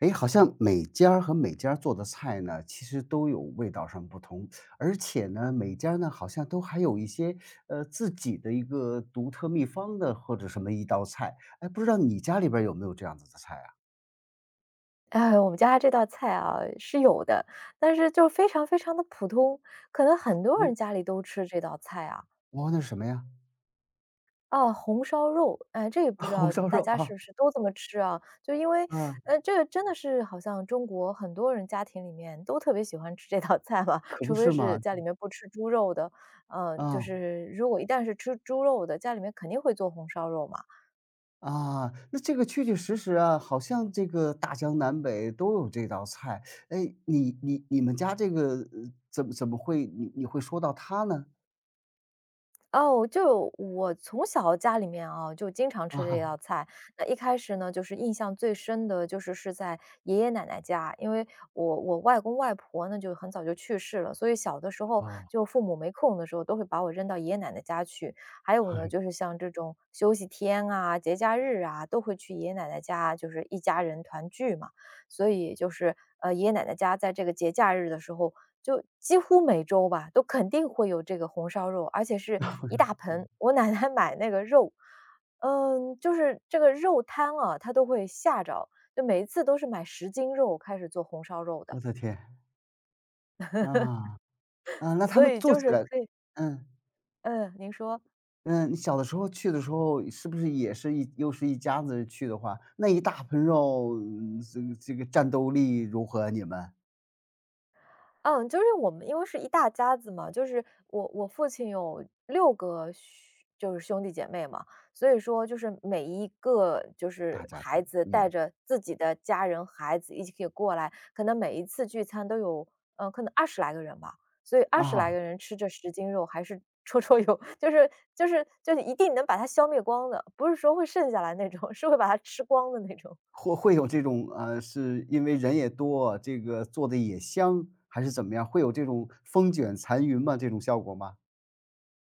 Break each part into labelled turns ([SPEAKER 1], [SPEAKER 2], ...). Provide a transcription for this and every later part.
[SPEAKER 1] 哎，好像每家儿和每家儿做的菜呢，其实都有味道上不同，而且呢，每家儿呢好像都还有一些自己的一个独特秘方的或者什么一道菜。哎，不知道你家里边儿有没有这样子的菜啊？
[SPEAKER 2] 我们家这道菜啊是有的，但是就非常的普通，可能很多
[SPEAKER 1] 红
[SPEAKER 2] 人家里都吃这道菜啊。
[SPEAKER 1] 哦，那是什么呀？
[SPEAKER 2] 啊，红烧肉，哎，这也 不知
[SPEAKER 1] 红
[SPEAKER 2] 道
[SPEAKER 1] 烧
[SPEAKER 2] 大
[SPEAKER 1] 肉
[SPEAKER 2] 家
[SPEAKER 1] 啊，
[SPEAKER 2] 是不是都这么吃啊？就因为，
[SPEAKER 1] 啊，
[SPEAKER 2] 呃，这个真的是好像中国很多人家庭里面都特别喜欢吃这道菜吧，
[SPEAKER 1] 可不
[SPEAKER 2] 除非
[SPEAKER 1] 是
[SPEAKER 2] 是
[SPEAKER 1] 嘛，
[SPEAKER 2] 家里面不吃猪肉的，嗯，就
[SPEAKER 1] 啊
[SPEAKER 2] 是如果一旦是吃猪肉的，家里面肯定会做红烧肉嘛。
[SPEAKER 1] 啊，那这个确确实实啊，好像这个大江南北都有这道菜。哎，你们家这个怎么会你会说到它呢？
[SPEAKER 2] 哦，就我从小家里面啊，就经常吃这
[SPEAKER 1] 啊，
[SPEAKER 2] 道菜。那一开始呢，就是印象最深的就是在爷爷奶奶家，因为我外公外婆呢就很早就去世了，所以小的时候
[SPEAKER 1] 哦。
[SPEAKER 2] 就父母没空的时候，都会把我扔到爷爷奶奶家去。还有呢，就是像这种休息天啊、节假日啊，都会去爷爷奶奶家，就是一家人团聚嘛。所以就是爷爷奶奶家在这个节假日的时候，就几乎每周吧，都肯定会有这个红烧肉，而且是一大 盆。我奶奶 买那个肉，嗯，就是这个肉摊啊，她都会吓着，就每一次都是买十斤肉开始做红烧肉的，
[SPEAKER 1] 我的天，啊，啊，那他
[SPEAKER 2] 所
[SPEAKER 1] 们
[SPEAKER 2] 以
[SPEAKER 1] 做
[SPEAKER 2] 就
[SPEAKER 1] 起
[SPEAKER 2] 是
[SPEAKER 1] 来
[SPEAKER 2] 可以，
[SPEAKER 1] 嗯，
[SPEAKER 2] 嗯，您说。
[SPEAKER 1] 嗯，你小的时候去的时候，是不是也是又是一家子人去的话，那一大盆肉，嗯，这个战斗力如何啊你们？
[SPEAKER 2] 嗯，就是我们因为是一大家子嘛，就是我父亲有6个就是兄弟姐妹嘛，所以说就是每一个就是
[SPEAKER 1] 大家
[SPEAKER 2] 孩
[SPEAKER 1] 庭，
[SPEAKER 2] 子带
[SPEAKER 1] 嗯，
[SPEAKER 2] 着自己的家人、孩子一起过来，可能每一次聚餐都有，嗯可能二十来个人吧，所以二十来
[SPEAKER 1] 啊，
[SPEAKER 2] 个人吃这十斤肉还是绰绰有 就是一定能把它消灭光的，不是说会剩下来那种，是会把它吃光的那种。
[SPEAKER 1] 会会有这种，呃，是因为人也多，这个做的也香，还是怎么样？会有这种风卷残云吗？这种效果吗？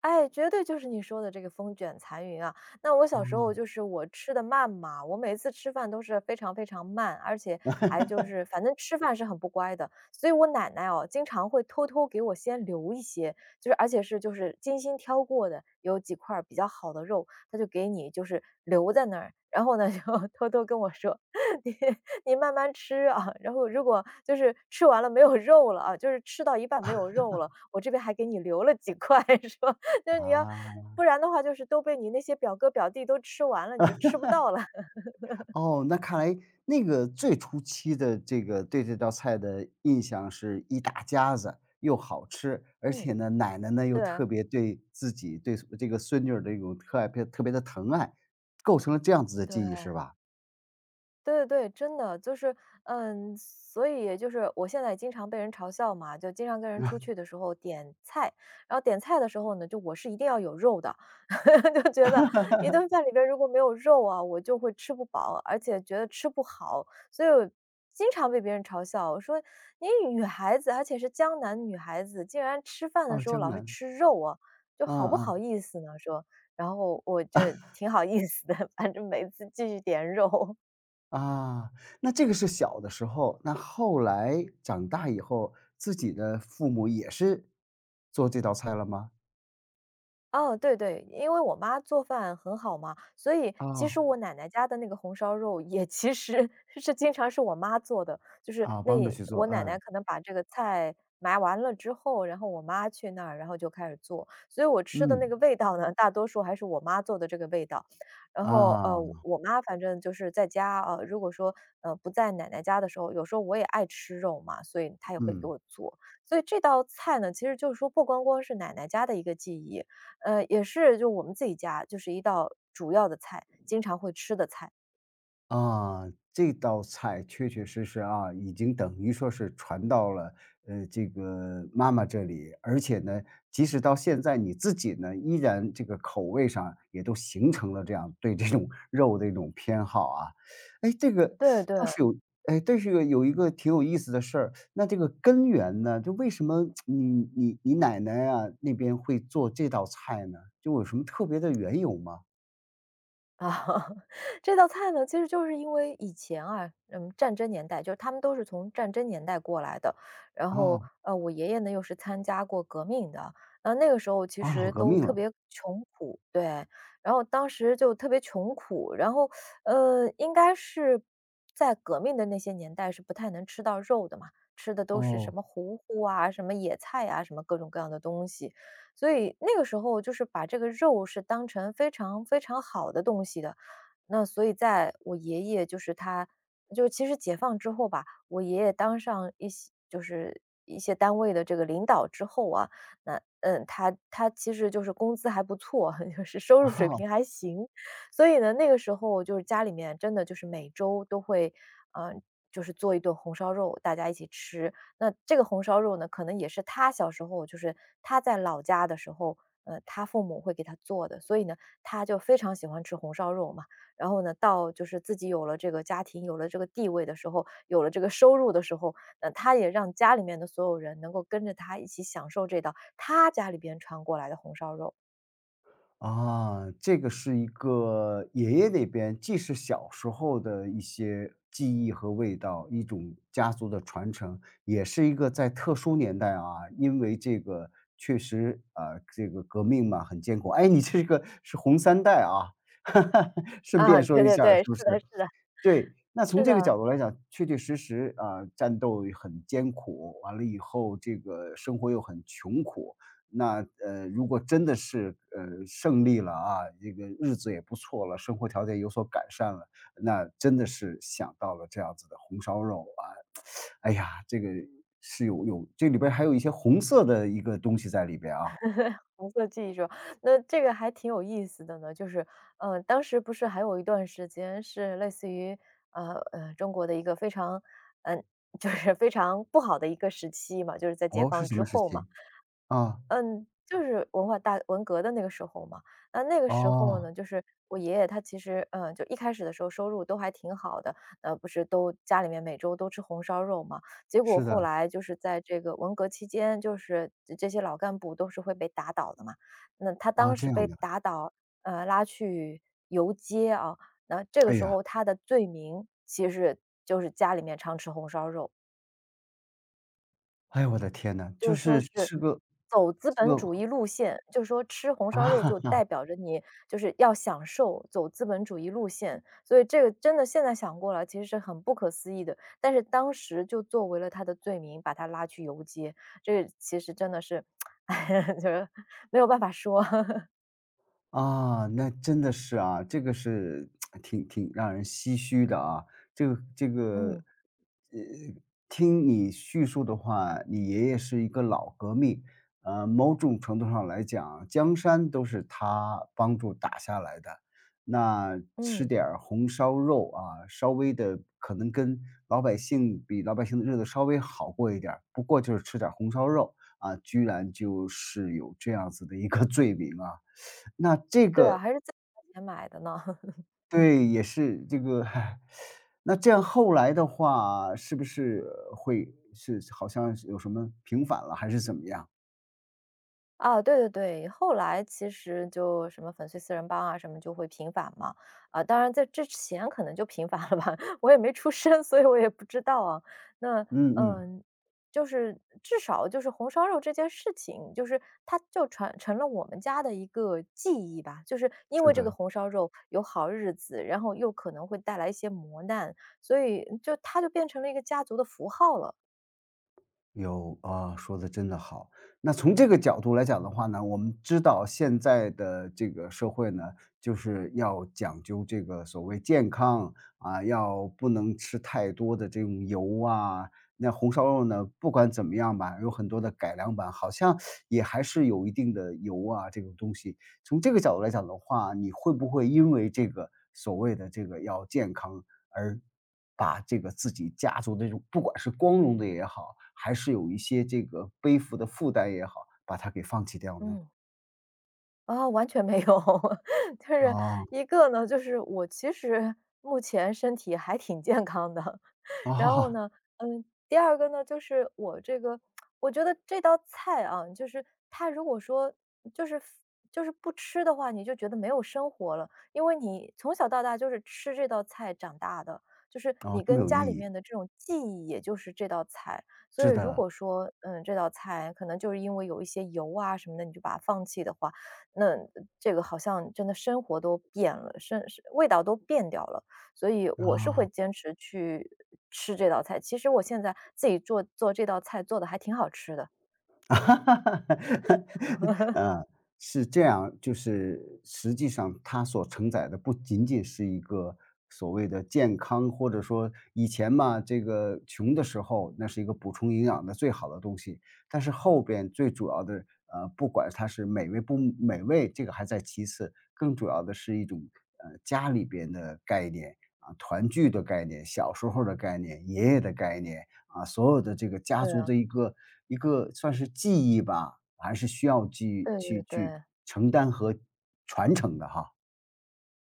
[SPEAKER 2] 哎，绝对就是你说的这个风卷残云啊！那我
[SPEAKER 1] 啊，
[SPEAKER 2] 小时候就是我吃的慢嘛，我每次吃饭都是非常慢，而且还就是反正吃饭是很不乖的，所以我奶奶哦，经常会偷偷给我先留一些，就是而且是就是精心挑过的，有几块儿比较好的肉，她就给你就是留在那儿，然后呢就 偷偷跟我说，你你慢慢吃啊，然后如果就是吃完了没有肉了啊，就是吃到一半没有肉了，我这边还给你留了几块，是吧？那你要
[SPEAKER 1] 啊。
[SPEAKER 2] 不然的话就是都被你那些表哥表弟都吃完了，你就吃不到了。
[SPEAKER 1] 哦，那看来那个最初期的这个对这道菜的印象是一大家子，又好吃，而
[SPEAKER 2] 嗯，
[SPEAKER 1] 且呢，奶奶呢又
[SPEAKER 2] 对，
[SPEAKER 1] 特别对自己对这个孙女儿的一种特别的疼爱，构成了这样子的记忆是
[SPEAKER 2] 对。
[SPEAKER 1] 吧？
[SPEAKER 2] 对对对，真的就是，嗯，所以也就是我现在经常被人嘲笑嘛，就经常跟人出去的时候点菜，然后点菜的时候呢，就我是一定要有肉的，就觉得一 顿饭里边如果没有肉啊，我就会吃不饱，而且觉得吃不好，所以我经常被别人嘲笑，我说你女孩子，而且是江南女孩子，竟然吃饭的
[SPEAKER 1] 哦，
[SPEAKER 2] 时候
[SPEAKER 1] 江
[SPEAKER 2] 老是
[SPEAKER 1] 南，
[SPEAKER 2] 吃肉啊，就好
[SPEAKER 1] 嗯
[SPEAKER 2] 不
[SPEAKER 1] 嗯，
[SPEAKER 2] 好意思呢？说，然后我就挺好意思的，反正每次继续点肉。
[SPEAKER 1] 啊，那这个是小的时候，那后来长大以后，自己的父母也是做这道菜了吗？
[SPEAKER 2] 哦，对对，因为我妈做饭很好嘛，所以其
[SPEAKER 1] 啊，
[SPEAKER 2] 实我奶奶家的那个红烧肉也其实 是经常是我妈做的，就是
[SPEAKER 1] 啊，帮着
[SPEAKER 2] 那
[SPEAKER 1] 去做，
[SPEAKER 2] 我奶奶
[SPEAKER 1] 嗯，
[SPEAKER 2] 可能把这个菜买完了之后，然后我妈去那儿，然后就开始做，所以我吃的
[SPEAKER 1] 嗯，
[SPEAKER 2] 那个味道呢，大多数还是我妈做的这个味道。然后
[SPEAKER 1] 啊，
[SPEAKER 2] 我妈反正就是在家啊，呃如果说不在奶奶家的时候，有时候我也爱吃肉嘛，所以她也会给
[SPEAKER 1] 嗯。
[SPEAKER 2] 我做。所以这道菜呢，其实就是说不光光是奶奶家的一个记忆，呃，也是就我们自己家，就是一道主要的菜，经常会吃的菜。
[SPEAKER 1] 啊，这道菜确确实实啊，已经等于说是传到了，呃，这个妈妈这里，而且呢，即使到现在你自己呢，依然这个口味上也都形成了这样对这种肉的一种偏好啊。哎，这个
[SPEAKER 2] 对
[SPEAKER 1] 倒
[SPEAKER 2] 对。
[SPEAKER 1] 是有哎，这是个有一个挺有意思的事儿，那这个根源呢，就为什么你奶奶啊，那边会做这道菜呢？就有什么特别的缘由吗？
[SPEAKER 2] 啊，这道菜呢，其实就是因为以前啊，嗯，战争年代，就是他们都是从战争年代过来的。然后，
[SPEAKER 1] 哦，
[SPEAKER 2] 呃，我爷爷呢又是参加过革命的，那个时候其
[SPEAKER 1] 啊，老
[SPEAKER 2] 实
[SPEAKER 1] 革
[SPEAKER 2] 都
[SPEAKER 1] 命
[SPEAKER 2] 特
[SPEAKER 1] 了，
[SPEAKER 2] 别穷苦，对。然后当时就特别穷苦，然后，呃，应该是在革命的那些年代是不太能吃到肉的嘛，吃的都是什
[SPEAKER 1] 哦。
[SPEAKER 2] 么糊糊啊，什么野菜啊，什么各种各样的东西。所以那个时候就是把这个肉是当成非常好的东西的。那所以在我爷爷就是他就其实解放之后吧，我爷爷当上一些就是一些单位的这个领导之后啊，那嗯，他其实就是工资还不错，就是收入水平 还行，所以呢，那个时候就是家里面真的就是每周都会，嗯、就是做一顿红烧肉，大家一起吃。那这个红烧肉呢，可能也是他小时候就是他在老家的时候，呃，他父母会给他做的，所以呢，他就非常喜欢吃红烧肉嘛。然后呢，到就是自己有了这个家庭，有了这个地位的时候，有了这个收入的时候，呃，他也让家里面的所有人能够跟着他一起享受这道他家里边传过来的红烧肉。
[SPEAKER 1] 啊，这个是一个爷爷那边，既是小时候的一些记忆和味道，一种家族的传承，也是一个在特殊年代啊，因为这个确实啊，这个革命嘛，很艰苦。哎，你这个是红三代啊，顺
[SPEAKER 2] 啊，
[SPEAKER 1] 便
[SPEAKER 2] 对
[SPEAKER 1] 说一
[SPEAKER 2] 对
[SPEAKER 1] 下儿
[SPEAKER 2] 对，
[SPEAKER 1] 是
[SPEAKER 2] 是
[SPEAKER 1] 不
[SPEAKER 2] 的
[SPEAKER 1] 是？
[SPEAKER 2] 是的，
[SPEAKER 1] 对，那从
[SPEAKER 2] 是
[SPEAKER 1] 这个
[SPEAKER 2] 的。
[SPEAKER 1] 角度来讲，确确实实啊，战斗很艰苦，完了以后这个生活又很穷苦。那如果真的是胜利了啊，这个日子也不错了，生活条件有所改善了，那真的是想到了这样子的红烧肉啊，哎呀，这个是有这里边儿还有一些红色的一个东西在里边啊。
[SPEAKER 2] 红色记忆说，那这个还挺有意思的呢。就是，呃，当时不是还有一段时间是类似于，中国的一个非常，嗯、就是非常不好的一个时期嘛，就是在解
[SPEAKER 1] 哦，是
[SPEAKER 2] 放
[SPEAKER 1] 什
[SPEAKER 2] 之
[SPEAKER 1] 么时
[SPEAKER 2] 后嘛。
[SPEAKER 1] 期？啊，
[SPEAKER 2] 嗯，就是文化大文革的那个时候嘛。那个时候
[SPEAKER 1] 哦，
[SPEAKER 2] 呢，就是我爷爷他其实，嗯，就一开始的时候收入都还挺好的，呃，不是都家里面每周都吃红烧肉嘛。结果
[SPEAKER 1] 是
[SPEAKER 2] 后
[SPEAKER 1] 的，
[SPEAKER 2] 来就是在这个文革期间，就是这些老干部都是会被打倒的嘛。那他当
[SPEAKER 1] 啊，
[SPEAKER 2] 时
[SPEAKER 1] 这
[SPEAKER 2] 被
[SPEAKER 1] 样的，
[SPEAKER 2] 打倒，呃，拉去游街啊，那这个
[SPEAKER 1] 哎
[SPEAKER 2] 时
[SPEAKER 1] 呀。
[SPEAKER 2] 候他的罪名其实就是家里面常吃红烧肉。
[SPEAKER 1] 哎呦我的天呐，
[SPEAKER 2] 就
[SPEAKER 1] 就
[SPEAKER 2] 是说
[SPEAKER 1] 是
[SPEAKER 2] 是
[SPEAKER 1] 吃个
[SPEAKER 2] 走资
[SPEAKER 1] 吃
[SPEAKER 2] 本
[SPEAKER 1] 个
[SPEAKER 2] 主义路线，就是说吃红烧肉
[SPEAKER 1] 啊。
[SPEAKER 2] 就 代表着你就是要享受，走资本主义路线。所以这个真的现在想过来，其实是很不可思议的，但是当时就作为了他的罪名，把他拉去游街，这个其实真的是，就是没有办法说。
[SPEAKER 1] 啊，那真的是啊，这个是 挺让人唏嘘的啊。这个这
[SPEAKER 2] 嗯，
[SPEAKER 1] 个，呃，听你叙述的话，你爷爷是一个老革命，某种程度上来讲，江山都是他帮助打下来的。那吃
[SPEAKER 2] 嗯，
[SPEAKER 1] 点儿红烧肉啊，稍微的可能跟老百姓比老百姓的日子稍微好过一点儿不过就是吃点儿红烧肉啊，居然就是有这样子的一个罪名啊。那这
[SPEAKER 2] 对啊，
[SPEAKER 1] 个
[SPEAKER 2] 还是自己花钱买的呢。嗯。
[SPEAKER 1] 对，也是这个 那这样后来的话，是不是会是好像是有什么平反了还是怎么样？
[SPEAKER 2] 啊，对对对，后来其实就什么粉碎四人帮啊，什么就会频繁嘛，啊，当然在之前可能就频繁了吧，我也没出生，所以我也不知道啊。那
[SPEAKER 1] 嗯嗯，
[SPEAKER 2] 嗯，就是至少就是红烧肉这件事情，就是它就传成了我们家的一个记忆吧，就是因为
[SPEAKER 1] 是
[SPEAKER 2] 这个
[SPEAKER 1] 的。
[SPEAKER 2] 红烧肉有好日子，然后又可能会带来一些磨难，所以就它就变成了一个家族的符号了。
[SPEAKER 1] 有，啊，说的真的好。那从这个角度来讲的话呢，我们知道现在的这个社会呢，就是要讲究这个所谓健康，啊，要不能吃太多的这种油啊，那红烧肉呢，不管怎么样吧，有很多的改良版，好像也还是有一定的油啊，这种东西。从这个角度来讲的话，你会不会因为这个所谓的这个要健康，而把这个自己家族的这种不管是光荣的也好，还是有一些这个背负的负担也好，把它给放弃掉呢？
[SPEAKER 2] 嗯。啊，完全没有。就是
[SPEAKER 1] 啊，
[SPEAKER 2] 一个呢，就是我其实目前身体还挺健康的，然后
[SPEAKER 1] 哦，
[SPEAKER 2] 呢，嗯，第二个呢，就是我这个我觉得这道菜啊，就是它如果说就是就是不吃的话，你就觉得没有生活了，因为你从小到大就是吃这道菜长大的，就是
[SPEAKER 1] 哦，
[SPEAKER 2] 你
[SPEAKER 1] 这么
[SPEAKER 2] 跟
[SPEAKER 1] 有意
[SPEAKER 2] 家里
[SPEAKER 1] 义，
[SPEAKER 2] 面的这种记忆，也就是这道菜。所以
[SPEAKER 1] 是
[SPEAKER 2] 如
[SPEAKER 1] 的，
[SPEAKER 2] 果说，嗯，这道菜可能就是因为有一些油啊什么的，你就把它放弃的话，那这个好像真的生活都变了，味道都变掉了。所以我是会
[SPEAKER 1] 啊。
[SPEAKER 2] 坚持去吃这道菜。其实我现在自己做这道菜做的还挺好吃的。
[SPEAKER 1] 哈哈哈哈哈！呃，是这样，就是实际上它所承载的不仅仅是一个所谓的健康，或者说以前嘛，这个穷的时候，那是一个补充营养的最好的东西，但是后边最主要的，不管它是美味不美味，这个还在其次，更主要的是一种，家里边的概念，啊，团聚的概念，小时候的概念，爷爷的概念。啊，所有的这个家
[SPEAKER 2] 对
[SPEAKER 1] 族
[SPEAKER 2] 啊，
[SPEAKER 1] 的一个算是记忆吧，还是需要去
[SPEAKER 2] 对对
[SPEAKER 1] 去去
[SPEAKER 2] 对，
[SPEAKER 1] 承担和传承的哈。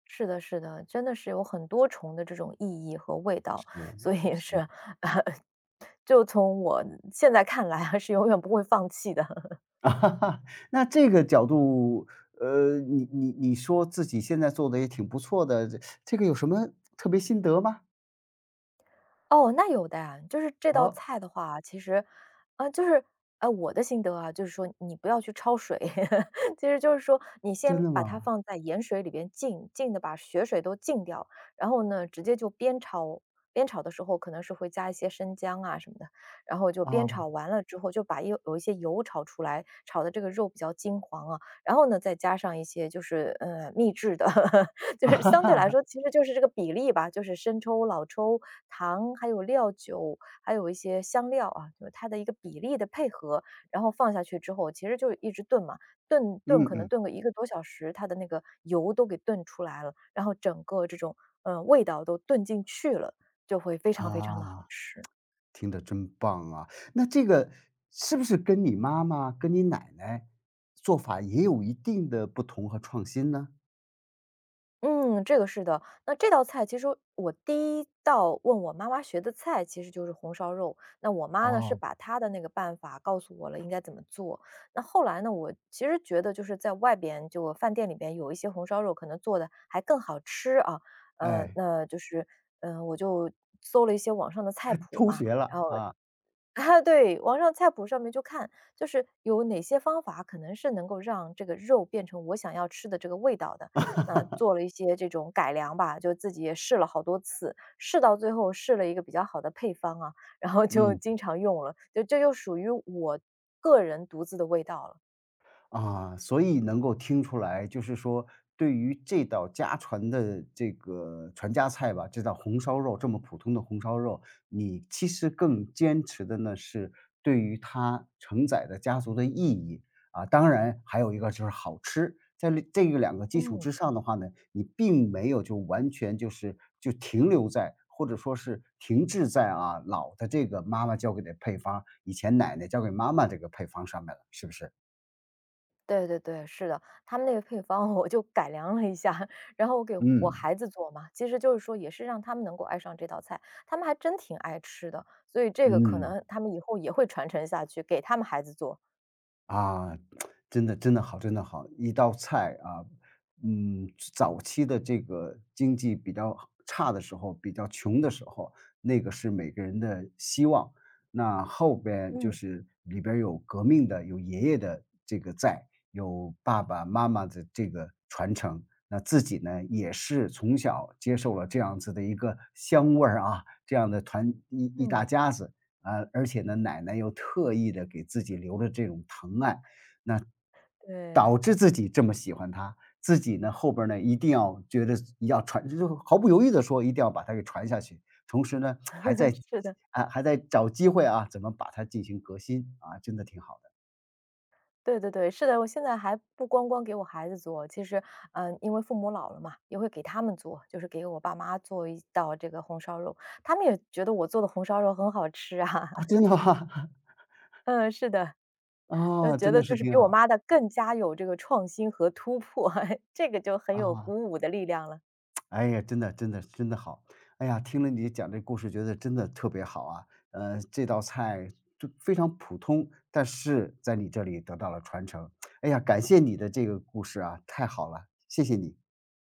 [SPEAKER 2] 是的，是的，真的是有很多重的这种意义和味道，
[SPEAKER 1] 是，
[SPEAKER 2] 所以是，
[SPEAKER 1] 是。
[SPEAKER 2] 呃就从我现在看来啊，是永远不会放弃的。
[SPEAKER 1] 那这个角度，你说自己现在做的也挺不错的，这个有什么特别心得吗？
[SPEAKER 2] 哦，那有的呀，就是这道
[SPEAKER 1] 哦，
[SPEAKER 2] 菜的话，其实，啊，就是，我的心得啊，就是说你不要去焯水，其实就是说你
[SPEAKER 1] 真
[SPEAKER 2] 先
[SPEAKER 1] 的
[SPEAKER 2] 把它
[SPEAKER 1] 吗？
[SPEAKER 2] 放在盐水里边浸，浸的把血水都浸掉，然后呢，直接就煸炒，煸炒的时候可能是会加一些生姜啊什么的，然后就煸
[SPEAKER 1] 啊，
[SPEAKER 2] 炒完了之后，就把有一些油炒出来，炒的这个肉比较金黄啊，然后呢，再加上一些就是秘制的 就是相对来说，其实就是这个比例吧，就是生抽、老抽、糖，还有料酒，还有一些香料啊，就是它的一个比例的配合，然后放下去之后，其实就一直炖嘛，炖
[SPEAKER 1] 嗯
[SPEAKER 2] 可能
[SPEAKER 1] 嗯，
[SPEAKER 2] 炖个一个多小时，它的那个油都给炖出来了，然后整个这种味道都炖进去了，就会非常非常的好
[SPEAKER 1] 啊。
[SPEAKER 2] 吃。
[SPEAKER 1] 听着真棒啊！那这个是不是跟你妈妈、跟你奶奶做法也有一定的不同和创新呢？
[SPEAKER 2] 嗯，这个是的。那这道菜其实我第一道问我妈妈学的菜其实就是红烧肉，那我妈呢，是
[SPEAKER 1] 哦，
[SPEAKER 2] 把她的那个办法告诉我了应该怎么做。那后来呢，我其实觉得就是在外边就饭店里边有一些红烧肉可能做的还更好吃啊，呃，
[SPEAKER 1] 哎，
[SPEAKER 2] 那就是，我就搜了一些网上的菜谱
[SPEAKER 1] 偷
[SPEAKER 2] 嘛，
[SPEAKER 1] 学了
[SPEAKER 2] 然后
[SPEAKER 1] 啊，
[SPEAKER 2] 啊，对，网上菜谱上面就看，就是有哪些方法可能是能够让这个肉变成我想要吃的这个味道的。那做了一些这种改良吧，就自己也试了好多次，试到最后试了一个比较好的配方啊，然后就
[SPEAKER 1] 嗯。
[SPEAKER 2] 经常用了，就这就属于我个人独自的味道了。
[SPEAKER 1] 啊，所以能够听出来，就是说对于这道家传的这个传家菜吧，这道红烧肉，这么普通的红烧肉，你其实更坚持的呢是对于它承载的家族的意义啊，当然还有一个就是好吃，在这个两个基础
[SPEAKER 2] 嗯。
[SPEAKER 1] 之上的话呢，你并没有就完全就是就停留在。或者说是停滞在啊老的这个妈妈教给的配方，以前奶奶教给妈妈这个配方上面了，是不是？
[SPEAKER 2] 对对对，是的，他们那个配方我就改良了一下，然后我给我
[SPEAKER 1] 嗯。
[SPEAKER 2] 孩子做嘛，其实就是说也是让他们能够爱上这道菜，他们还真挺爱吃的，所以这个可
[SPEAKER 1] 嗯，
[SPEAKER 2] 能他们以后也会传承下去，给他们孩子做。
[SPEAKER 1] 啊，真的真的好，真的好，一道菜啊，嗯，早期的这个经济比较差的时候，比较穷的时候，那个是每个人的希望。那后边就
[SPEAKER 2] 嗯
[SPEAKER 1] 是里边儿有革命的，有爷爷的这个在，有爸爸妈妈的这个传承。那自己呢，也是从小接受了这样子的一个香味儿啊，这样的一
[SPEAKER 2] 嗯，
[SPEAKER 1] 大家子，啊，而且呢，奶奶又特意的给自己留了这种疼爱，那
[SPEAKER 2] 对，
[SPEAKER 1] 导致自己这么喜欢他，自己呢，后边儿呢，一定要觉得要传就毫不犹豫的说一定要把它给传下去，同时呢，还 在
[SPEAKER 2] 是的，
[SPEAKER 1] 啊，还在找机会啊，怎么把它进行革新，啊，真的挺好的。
[SPEAKER 2] 对对对，是的，我现在还不光光给我孩子做，其实，因为父母老了嘛，也会给他们做，就是给我爸妈做一道这个红烧肉，他们也觉得我做的红烧肉很好吃啊。
[SPEAKER 1] 啊，真的吗？
[SPEAKER 2] 嗯，是的。就
[SPEAKER 1] 啊，
[SPEAKER 2] 觉
[SPEAKER 1] 真的
[SPEAKER 2] 得就
[SPEAKER 1] 是
[SPEAKER 2] 是
[SPEAKER 1] 挺
[SPEAKER 2] 比我
[SPEAKER 1] 好，
[SPEAKER 2] 妈的更加有这个创新和突破，这个就很有
[SPEAKER 1] 啊。
[SPEAKER 2] 鼓舞的力量了。
[SPEAKER 1] 哎呀，真的真的真的好！哎呀，听了你讲这故事，觉得真的特别好啊。这道菜就非常普通，但是在你这里得到了传承。哎呀，感谢你的这个故事啊，太好了，谢谢你。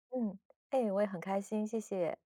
[SPEAKER 2] 嗯，哎，我也很开心，谢谢。